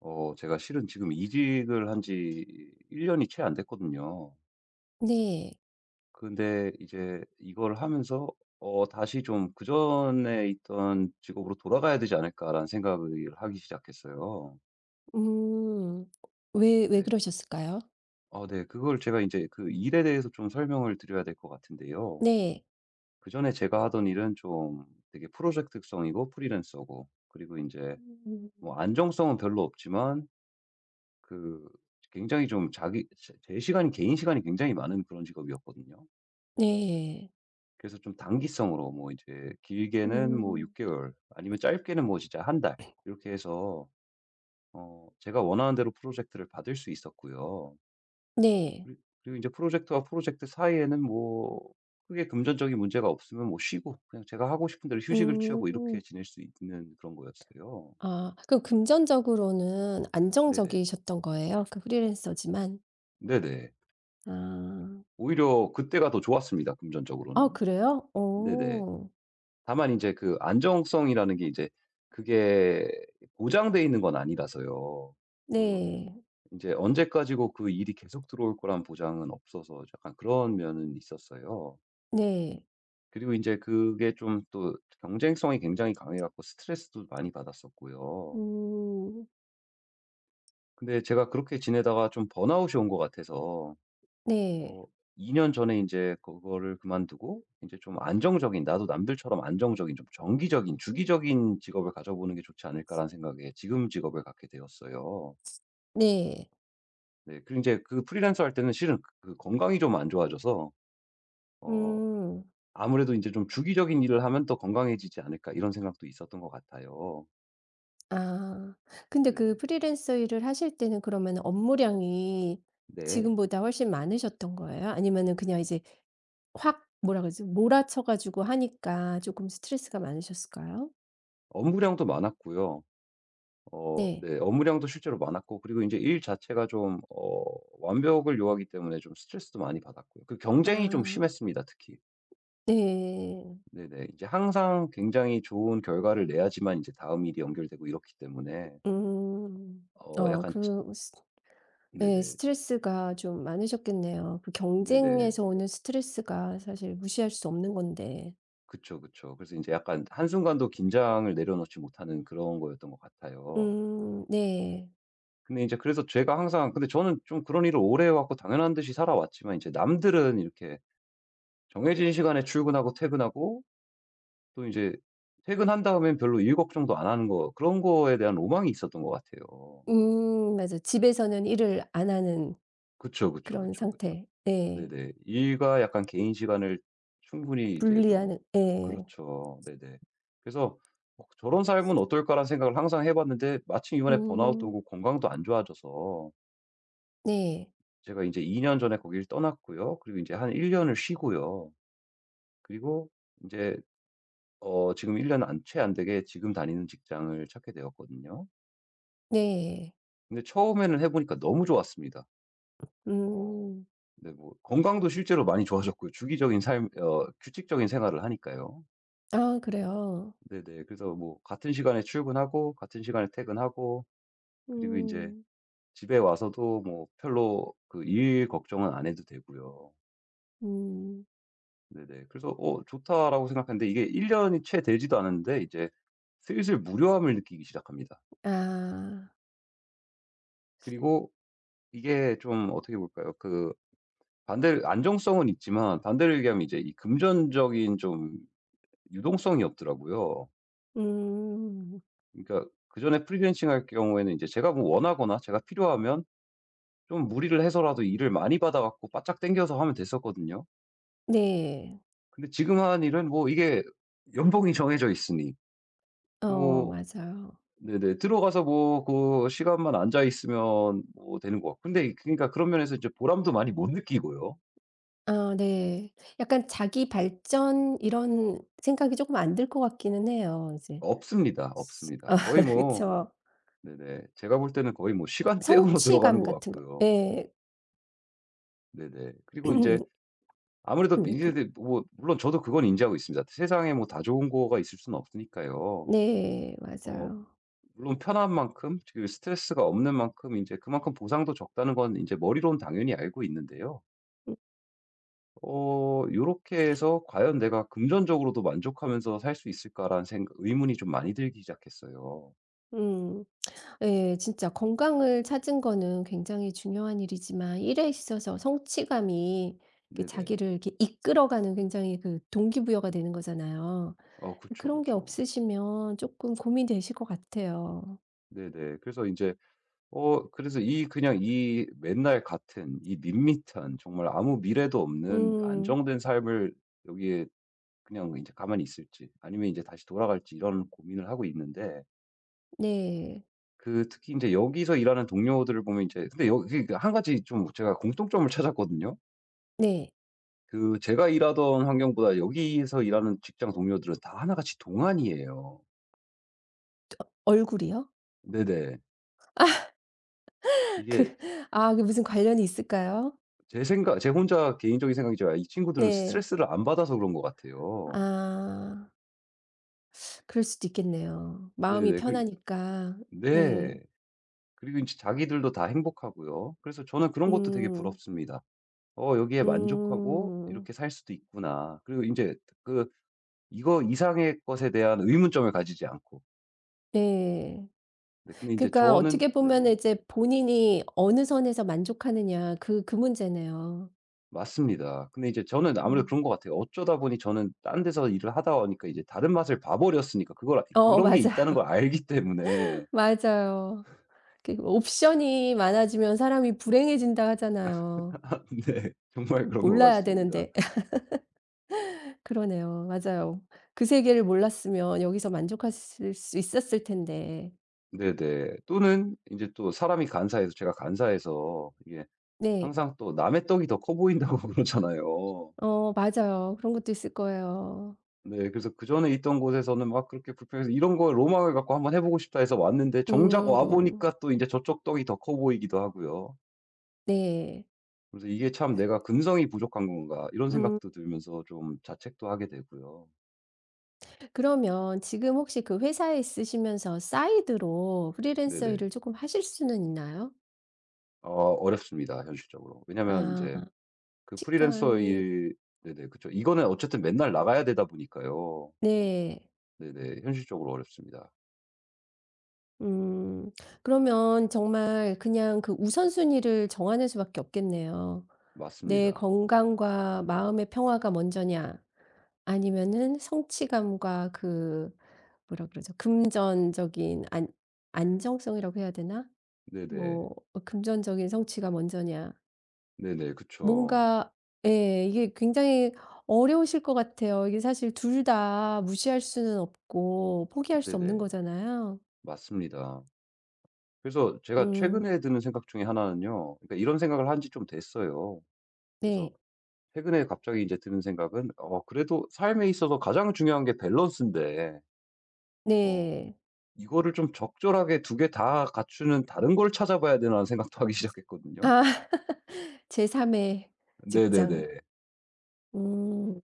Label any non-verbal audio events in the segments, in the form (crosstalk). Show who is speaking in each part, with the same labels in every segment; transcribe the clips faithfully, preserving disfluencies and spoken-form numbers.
Speaker 1: 어 제가 실은 지금 이직을 한지 일 년 년이 채 안 됐거든요.
Speaker 2: 네.
Speaker 1: 근데 이제 이걸 하면서 어 '다시 좀 그전에 있던 직업으로 돌아가야 되지 않을까.'라는 생각을 하기 시작했어요.
Speaker 2: 음. 왜 왜
Speaker 1: 네.
Speaker 2: 그러셨을까요?
Speaker 1: 아 네. 그걸 제가 이제 그 일에 대해서 좀 설명을 드려야 될 것 같은데요.
Speaker 2: 네.
Speaker 1: 그전에 제가 하던 일은 좀 되게 프로젝트성이고 프리랜서고 그리고 이제
Speaker 2: 음.
Speaker 1: 뭐 안정성은 별로 없지만 그 굉장히 좀 자기 제 제 시간이 개인 시간이 굉장히 많은 그런 직업이었거든요.
Speaker 2: 네.
Speaker 1: 그래서 좀 단기성으로 뭐 이제 길게는 뭐 6
Speaker 2: 음.
Speaker 1: 개월 아니면 짧게는 뭐 진짜 한 달 이렇게 해서 어 제가 원하는 대로 프로젝트를 받을 수 있었고요.
Speaker 2: 네.
Speaker 1: 그리 그리고 이제 프로젝트와 프로젝트 사이에는 뭐 크게 금전적인 문제가 없으면 뭐 쉬고 그냥 제가 하고 싶은 대로 휴식을 취하고 이렇게
Speaker 2: 음.
Speaker 1: 지낼 수 있는 그런 거였어요.
Speaker 2: 아, 그럼 금전적으로는
Speaker 1: 네네.
Speaker 2: 안정적이셨던 거예요? 그 프리랜서지만.
Speaker 1: 네네.
Speaker 2: 아.
Speaker 1: 오히려 그때가 더 좋았습니다,
Speaker 2: 아
Speaker 1: 금전적으로는.
Speaker 2: 그래요?
Speaker 1: 네네.
Speaker 2: 오,
Speaker 1: 다만 이제 그 안정성이라는 게 이제 그게 보장돼 있는 건 아니라서요. 물론
Speaker 2: 네.
Speaker 1: 이제 언제까지고 그 일이 계속 들어올 거란 보장은 없어서 약간 그런 면은 있었어요.
Speaker 2: 네.
Speaker 1: 그리고 이제 그게 좀 또 경쟁성이 굉장히 강해 갖고 스트레스도 많이 받았었고요.
Speaker 2: 음.
Speaker 1: 근데 제가 그렇게 지내다가 좀 번아웃이 온 것 같아서
Speaker 2: 네.
Speaker 1: 어 이 년 전에 이제 그거를 그만두고 이제 좀 안정적인 나도 남들처럼 안정적인 좀 정기적인 주기적인 직업을 가져보는 게 좋지 않을까라는 생각에 지금 직업을 갖게 되었어요.
Speaker 2: 네.
Speaker 1: 네. 그리고 이제 그 프리랜서 할 때는 실은 그 그 건강이 좀 안 좋아져서 어
Speaker 2: 음.
Speaker 1: 아무래도 이제 좀 '주기적인 일을 하면 더 건강해지지 않을까.' 이런 생각도 있었던 것 같아요.
Speaker 2: 아. 근데 그
Speaker 1: 네네.
Speaker 2: 프리랜서 일을 하실 때는 그러면 업무량이
Speaker 1: 네.
Speaker 2: 지금보다 훨씬 많으셨던 거예요? 아니면은 그냥 이제 확 뭐라 그러지? 몰아쳐 가지고 하니까 조금 스트레스가 많으셨을까요?
Speaker 1: 업무량도 많았고요. 어
Speaker 2: 네.
Speaker 1: 네. 업무량도 실제로 많았고 그리고 이제 일 자체가 좀 어 완벽을 요하기 때문에 좀 스트레스도 많이 받았고요. 그 경쟁이 좀
Speaker 2: 아
Speaker 1: 심했습니다, 특히.
Speaker 2: 네.
Speaker 1: 네네. 이제 항상 굉장히 좋은 결과를 내야지만 이제 다음 일이 연결되고 이렇기 때문에
Speaker 2: 음.
Speaker 1: 어
Speaker 2: 어
Speaker 1: 약간
Speaker 2: 그
Speaker 1: 치-
Speaker 2: 스 네,
Speaker 1: 네네.
Speaker 2: 스트레스가 좀 많으셨겠네요. 그
Speaker 1: 네네.
Speaker 2: 경쟁에서 오는 스트레스가 사실 무시할 수 없는 건데.
Speaker 1: 그쵸, 그쵸. 그래서 이제 약간 한순간도 긴장을 내려놓지 못하는 그런 거였던 것 같아요.
Speaker 2: 음 네.
Speaker 1: 근데 이제 그래서 제가 항상 근데 저는 좀 그런 일을 오래 해 왔고 당연한 듯이 살아왔지만 이제 남들은 이렇게 정해진 시간에 출근하고 퇴근하고 또 이제 퇴근한 다음엔 별로 일 걱정도 안 하는 거 그런 거에 대한 로망이 있었던 것 같아요.
Speaker 2: 음 맞아. 집에서는 일을 안 하는
Speaker 1: 그쵸, 그쵸,
Speaker 2: 그런
Speaker 1: 그쵸, 그쵸.
Speaker 2: 상태. 네.
Speaker 1: 네네. 일과 약간 개인 시간을 충분히 이제 좀
Speaker 2: 분리하는 네,
Speaker 1: 그렇죠. 네네. 그래서 뭐 저런 삶은 어떨까.'라는 생각을 항상 해 봤는데 마침 이번에 번아웃도
Speaker 2: 음.
Speaker 1: 오고 건강도 안 좋아져서
Speaker 2: 네.
Speaker 1: 제가 이제 이제이 년 전에 거기를 떠났고요. 그리고 이제한 일 년을 쉬고요. 그리고 이제 어 지금 일 년 안 채 안 되게 지금 다니는 직장을 찾게 되었거든요.
Speaker 2: 네.
Speaker 1: 근데 처음에는 해 보니까 너무 좋았습니다. 어
Speaker 2: 음.
Speaker 1: 근데 뭐 건강도 실제로 많이 좋아졌고요. 주기적인 삶 어 규칙적인 생활을 하니까요.
Speaker 2: 아 그래요?
Speaker 1: 네네. 그래서 뭐 같은 시간에 출근하고 같은 시간에 퇴근하고 그리고 이제
Speaker 2: 음.
Speaker 1: 집에 와서도 뭐 별로 그 일 걱정은 안 해도 되고요.
Speaker 2: 음.
Speaker 1: 네네. 그래서 '어 좋다.'라고 생각했는데 이게 일 년이 채 되지도 않았는데 이제 슬슬 무료함을 느끼기 시작합니다.
Speaker 2: 아.
Speaker 1: 그리고 이게 좀 어떻게 볼까요? 그 반대 안정성은 있지만 반대로 얘기하면 이제 이 금전적인 좀 유동성이 없더라고요.
Speaker 2: 음.
Speaker 1: 그러니까 그전에 프리랜싱 할 경우에는 이제 제가 뭐 원하거나 제가 필요하면 좀 무리를 해서라도 일을 많이 받아 갖고 바짝 당겨서 하면 됐었거든요.
Speaker 2: 네.
Speaker 1: 근데 지금 하는 일은 뭐 이게 연봉이 정해져 있으니
Speaker 2: 어
Speaker 1: 뭐
Speaker 2: 맞아요.
Speaker 1: 네네 들어가서 뭐 그 시간만 앉아 있으면 뭐 되는 것 같고 근데 그러니까 그런 면에서 이제 보람도 많이 못 느끼고요.
Speaker 2: 아 네. 약간 자기 발전 이런 생각이 쪼끔 안 들 것 같기는 해요. 이제
Speaker 1: 없습니다. 없습니다.
Speaker 2: 아
Speaker 1: 거의
Speaker 2: (laughs)
Speaker 1: 뭐
Speaker 2: 그쵸.
Speaker 1: 네네. 제가 볼 때는 거의 뭐 시간대로 (laughs) 들어가는
Speaker 2: 성취감
Speaker 1: 것
Speaker 2: 같은 거
Speaker 1: 같고요.
Speaker 2: 예.
Speaker 1: 네네. 그리고 이제
Speaker 2: (clears throat)
Speaker 1: 아무래도 인제
Speaker 2: 그
Speaker 1: 네 뭐 물론 저도 그건 인지하고 있습니다. 세상에 뭐 다 좋은 거가 있을 수는 없으니까요.
Speaker 2: 네
Speaker 1: 어
Speaker 2: 맞아요.
Speaker 1: 물론 편한 만큼 그 스트레스가 없는 만큼 인제 그만큼 보상도 적다는 건 인제 머리로는 당연히 알고 있는데요.
Speaker 2: 음
Speaker 1: 어 요렇게 해서 '과연 내가 금전적으로도 만족하면서 살 수 있을까?'라는 생각 의문이 좀 많이 들기 시작했어요.
Speaker 2: 음. 네, 진짜 건강을 찾은 거는 굉장히 중요한 일이지만 일에 있어서 성취감이 이렇게
Speaker 1: 네네.
Speaker 2: 자기를 이렇게 이끌어가는 굉장히 그 동기부여가 되는 거잖아요.
Speaker 1: 어 그쵸,
Speaker 2: 그런 게
Speaker 1: 그쵸.
Speaker 2: 없으시면 조금 고민되실 것 같아요.
Speaker 1: 네네. 그래서 인제 어 그래서 이 그냥 이 맨날 같은 이 밋밋한 정말 아무 미래도 없는
Speaker 2: 음.
Speaker 1: 안정된 삶을 여기에 그냥 이제 가만히 있을지 아니면 이제 다시 돌아갈지 이런 고민을 하고 있는데
Speaker 2: 네.
Speaker 1: 그 특히 이제 여기서 일하는 동료들을 보면 이제 근데 여기 한 가지 좀 제가 공통점을 찾았거든요.
Speaker 2: 네.
Speaker 1: 그 제가 일하던 환경보다 여기서 일하는 직장 동료들은 다 하나같이 동안이에요.
Speaker 2: 얼굴이요?
Speaker 1: 네네. 이게
Speaker 2: 아 그게 무슨 관련이 있을까요?
Speaker 1: 제 생각 제 혼자 개인적인 생각이지만 이 친구들은
Speaker 2: 네.
Speaker 1: 스트레스를 안 받아서 그런 것 같아요.
Speaker 2: 아. 그럴 수도 있겠네요. 마음이
Speaker 1: 네네. 그
Speaker 2: 편하니까. 예.
Speaker 1: 네. 그리고 이제 자기들도 다 행복하고요. 그래서 저는 그런 것도 되게
Speaker 2: 음.
Speaker 1: 부럽습니다. '어 여기에 만족하고
Speaker 2: 음.
Speaker 1: 이렇게 살 수도 있구나.' 그리고 이제 그 이거 이상의 것에 대한 의문점을 가지지 않고.
Speaker 2: 네.
Speaker 1: 네 근데 이제
Speaker 2: 그러니까
Speaker 1: 저는
Speaker 2: 어떻게 보면
Speaker 1: 네네.
Speaker 2: 이제 본인이 어느 선에서 만족하느냐 그 그 문제네요.
Speaker 1: 맞습니다. 근데 이제 저는 아무래도 그런
Speaker 2: 음.
Speaker 1: 것 같아요. 어쩌다 보니 저는 딴 데서 일을 하다 보니까 이제 다른 맛을 봐 버렸으니까 그걸 아
Speaker 2: 어
Speaker 1: 그런 게
Speaker 2: 맞아.
Speaker 1: 있다는 걸 알기 때문에
Speaker 2: (laughs) 맞아요. 그 옵션이 많아지면 사람이 불행해진다 하잖아요.
Speaker 1: (laughs) 네. 정말
Speaker 2: 그
Speaker 1: 그런 것
Speaker 2: 몰라야
Speaker 1: 같습니다.
Speaker 2: 되는데. (laughs) 그러네요. 맞아요. 그 세계를 몰랐으면 여기서 만족하실 수 있었을 텐데.
Speaker 1: 네네. 또는 이제 또 사람이 간사해서 제가 간사해서 이게
Speaker 2: 네.
Speaker 1: 항상 또 남의 떡이 더 커 보인다고 (laughs) 그러잖아요.
Speaker 2: 어 맞아요. 그런 것도 있을 거예요.
Speaker 1: 네. 그래서 그전에 있던 곳에서는 막 그렇게 불평해서 "이런 거 로망을 갖고 한번 해 보고 싶다." 해서 왔는데 정작
Speaker 2: 음.
Speaker 1: 와
Speaker 2: 음.
Speaker 1: 보니까 또 이제 저쪽 떡이 더 커 보이기도 하고요.
Speaker 2: 네.
Speaker 1: 그래서 '이게 참 내가 근성이 부족한 건가.' 이런
Speaker 2: 음.
Speaker 1: 생각도 들면서 좀 자책도 하게 되고요.
Speaker 2: 그러면 지금 혹시 그 회사에 있으시면서 사이드로 프리랜서 일을
Speaker 1: 네네.
Speaker 2: 조금 하실 수는 있나요?
Speaker 1: 어 어렵습니다 현실적으로. 왜냐면 이
Speaker 2: 아
Speaker 1: 제 그 프리랜서
Speaker 2: 시간이
Speaker 1: 일 네네 그쵸. 이거는 어쨌든 맨날 나가야 되다 보니까요.
Speaker 2: 네.
Speaker 1: 네네 현실적으로 어렵습니다.
Speaker 2: 음. 그러면 정말 그냥 그 우선순위를 정하는 수밖에 없겠네요. "내
Speaker 1: 맞습니다.
Speaker 2: 건강과 마음의 평화가 먼저냐 아니면은 성취감과 그 뭐라 그러죠? 금전적인 안 안정성이라고 해야 되나?
Speaker 1: 네네.
Speaker 2: 뭐 어 금전적인 성취가 먼저냐."
Speaker 1: 네네. 그쵸.
Speaker 2: 뭔가 예 이게 굉장히 어려우실 것 같아요. 이게 사실 둘 다 무시할 수는 없고 포기할 수 없는
Speaker 1: 네네.
Speaker 2: 거잖아요.
Speaker 1: 맞습니다. 그래서 제가
Speaker 2: 음
Speaker 1: 최근에 드는 생각 중에 하나는요. 그러니까 이런 생각을 한 지 좀 됐어요. 그래서
Speaker 2: 네.
Speaker 1: 최근에 갑자기 이제 드는 생각은 어 그래도 삶에 있어서 가장 중요한 게 밸런스인데 어
Speaker 2: 네.
Speaker 1: 이거를 좀 적절하게 두 개 다 갖추는 다른 걸 찾아봐야 되나 하는 생각도 하기 (laughs) 시작했거든요.
Speaker 2: 아 (laughs) 제삼 의 직장.
Speaker 1: 네네네.
Speaker 2: 음.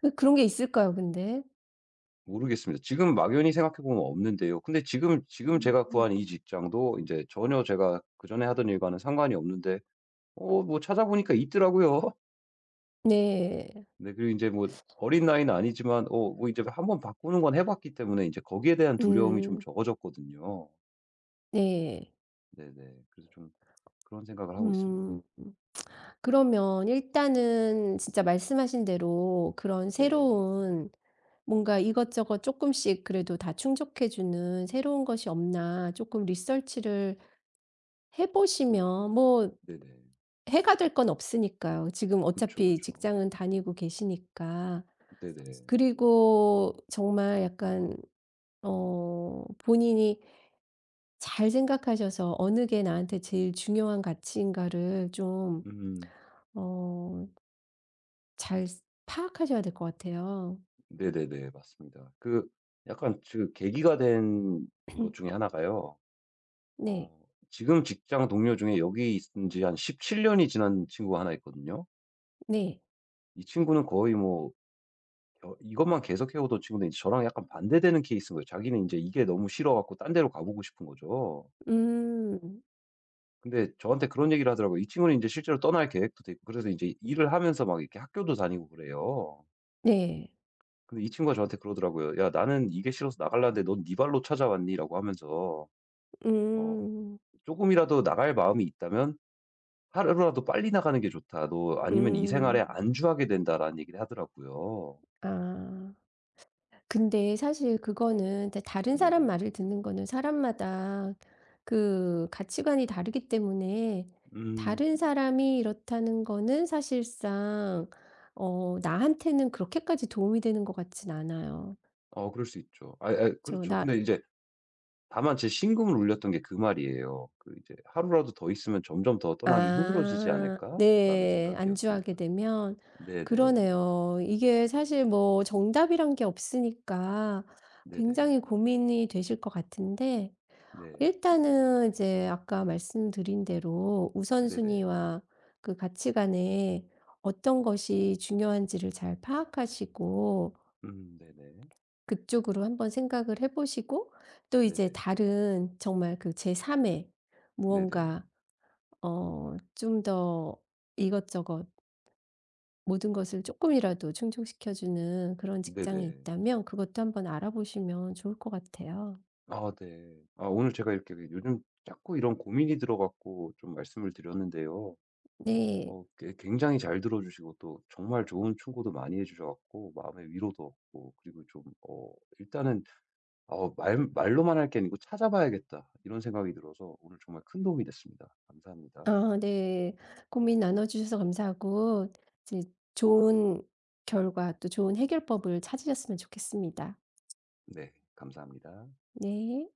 Speaker 2: 그 그런 게 있을까요 근데?
Speaker 1: 모르겠습니다. 지금 막연히 생각해 보면 없는데요. 근데 지금 지금
Speaker 2: 음.
Speaker 1: 제가
Speaker 2: 음
Speaker 1: 구한 이 직장도 이제 전혀 제가 그전에 하던 일과는 상관이 없는데 어 뭐 찾아보니까 있더라고요.
Speaker 2: 네.
Speaker 1: 네. 그리고 이제 뭐 어린 나이는 아니지만 어 뭐 이제 한번 바꾸는 건 해 봤기 때문에 이제 거기에 대한 두려움이 좀
Speaker 2: 음
Speaker 1: 적어졌거든요.
Speaker 2: 네.
Speaker 1: 네네. 그래서 좀 그런 생각을 하고 있습니다.
Speaker 2: 음. 그러면 일단은 진짜 말씀하신 대로 그런
Speaker 1: 네.
Speaker 2: 새로운 뭔가 이것저것 조금씩 그래도 다 충족해 주는 새로운 것이 없나 조금 리서치를 해 보시면 뭐
Speaker 1: 네네.
Speaker 2: 해가 될 건 없으니까요. 지금
Speaker 1: 그쵸,
Speaker 2: 어차피
Speaker 1: 그쵸.
Speaker 2: 직장은 다니고 계시니까.
Speaker 1: 네네.
Speaker 2: 그리고 정말 약간 어 본인이 잘 생각하셔서 어느 게 나한테 제일 중요한 가치인가를 좀
Speaker 1: 음.
Speaker 2: 어 잘 파악하셔야 될 것 같아요.
Speaker 1: 네네네. 맞습니다. 그 약간 그 계기가 된 것 중에 하
Speaker 2: (clears throat)
Speaker 1: 나 가요.
Speaker 2: 네.
Speaker 1: 어 지금 직장 동료 중에 여기 있은 지 한 십칠 년이 지난 친구가 하나 있거든요.
Speaker 2: 네.
Speaker 1: 이 친구는 거의 뭐 어 이것만 계속해 오던 친구는 이제 저랑 약간 반대되는 케이스인 거예요. 자기는 이제 이게 너무 싫어 갖고 딴 데로 가보고 싶은 거죠.
Speaker 2: 음.
Speaker 1: 근데 저한테 그런 얘기를 하더라고요. 이 친구는 이제 실제로 떠날 계획도 돼 있고 그래서 이제 일을 하면서 막 이렇게 학교도 다니고 그래요.
Speaker 2: 네.
Speaker 1: 근데 이 친구가 저한테 그러더라고요. "야 나는 이게 싫어서 나갈라는데 넌 네 발로 찾아왔니?"라고 하면서 어
Speaker 2: 음.
Speaker 1: 금이라도 나갈 마음이 있다면 하루라도 빨리 나가는 게 좋다. 너 아니면 이 생활에
Speaker 2: 음.
Speaker 1: 안주하게 된다."라는 얘기를 하더라고요.
Speaker 2: 아. 근데 사실 그거는 다- 다른 사람
Speaker 1: 네네.
Speaker 2: 말을 듣는 거는 사람마다 그 가치관이 다르기 때문에
Speaker 1: 음.
Speaker 2: 다른 사람이 이렇다는 거는 사실상 어 나한테는 그렇게까지 도움이 되는 것 같진 않아요.
Speaker 1: 어 그럴 수 있죠. 아 아
Speaker 2: 저
Speaker 1: 그렇죠.
Speaker 2: 나
Speaker 1: 근데 이제 다만 제 심금을 울렸던 게 그 말이에요. 그 이제 '하루라도 더 있으면 점점 더 떠나기 힘들어지지
Speaker 2: 아
Speaker 1: 않을까?'라는
Speaker 2: 네. 안주하게
Speaker 1: 생각이었습니다.
Speaker 2: 되면
Speaker 1: 네네.
Speaker 2: 그러네요. 이게 사실 뭐 정답이란 게 없으니까
Speaker 1: 네네.
Speaker 2: 굉장히 고민이 되실 것 같은데
Speaker 1: 네.
Speaker 2: 일단은 이제 아까 말씀드린 대로
Speaker 1: 네네.
Speaker 2: 우선순위와 그 가치관에 어떤 것이 중요한지를 잘 파악하시고
Speaker 1: 음 네네.
Speaker 2: 그쪽으로 한번 생각을 해 보시고 또 이제
Speaker 1: 네네.
Speaker 2: 다른 정말 그 제 삼의
Speaker 1: 네네.
Speaker 2: 무언가 어 좀 더 이것저것 모든 것을 조금이라도 충족시켜 주는 그런 직장이
Speaker 1: 네네.
Speaker 2: 있다면 그것도 한번 알아보시면 좋을 것 같아요.
Speaker 1: 아 네. 아 오늘 제가 이렇게 요즘 자꾸 이런 고민이 들어 갖고 좀 말씀을 드렸는데요.
Speaker 2: 네.
Speaker 1: 어 꽤 굉장히 잘 들어 주시고 또 정말 좋은 충고도 많이 해 주셔 갖고 마음의 위로도 얻고 그리고 좀 어 일단은 어 말 말로만 할 게 아니고 '찾아봐야겠다.' 이런 생각이 들어서 오늘 정말 큰 도움이 됐습니다. 감사합니다.
Speaker 2: 아 네. 고민 나눠 주셔서 감사하고 이제 좋은 결과 또 좋은 해결법을 찾으셨으면 좋겠습니다.
Speaker 1: 네. 감사합니다.
Speaker 2: 네.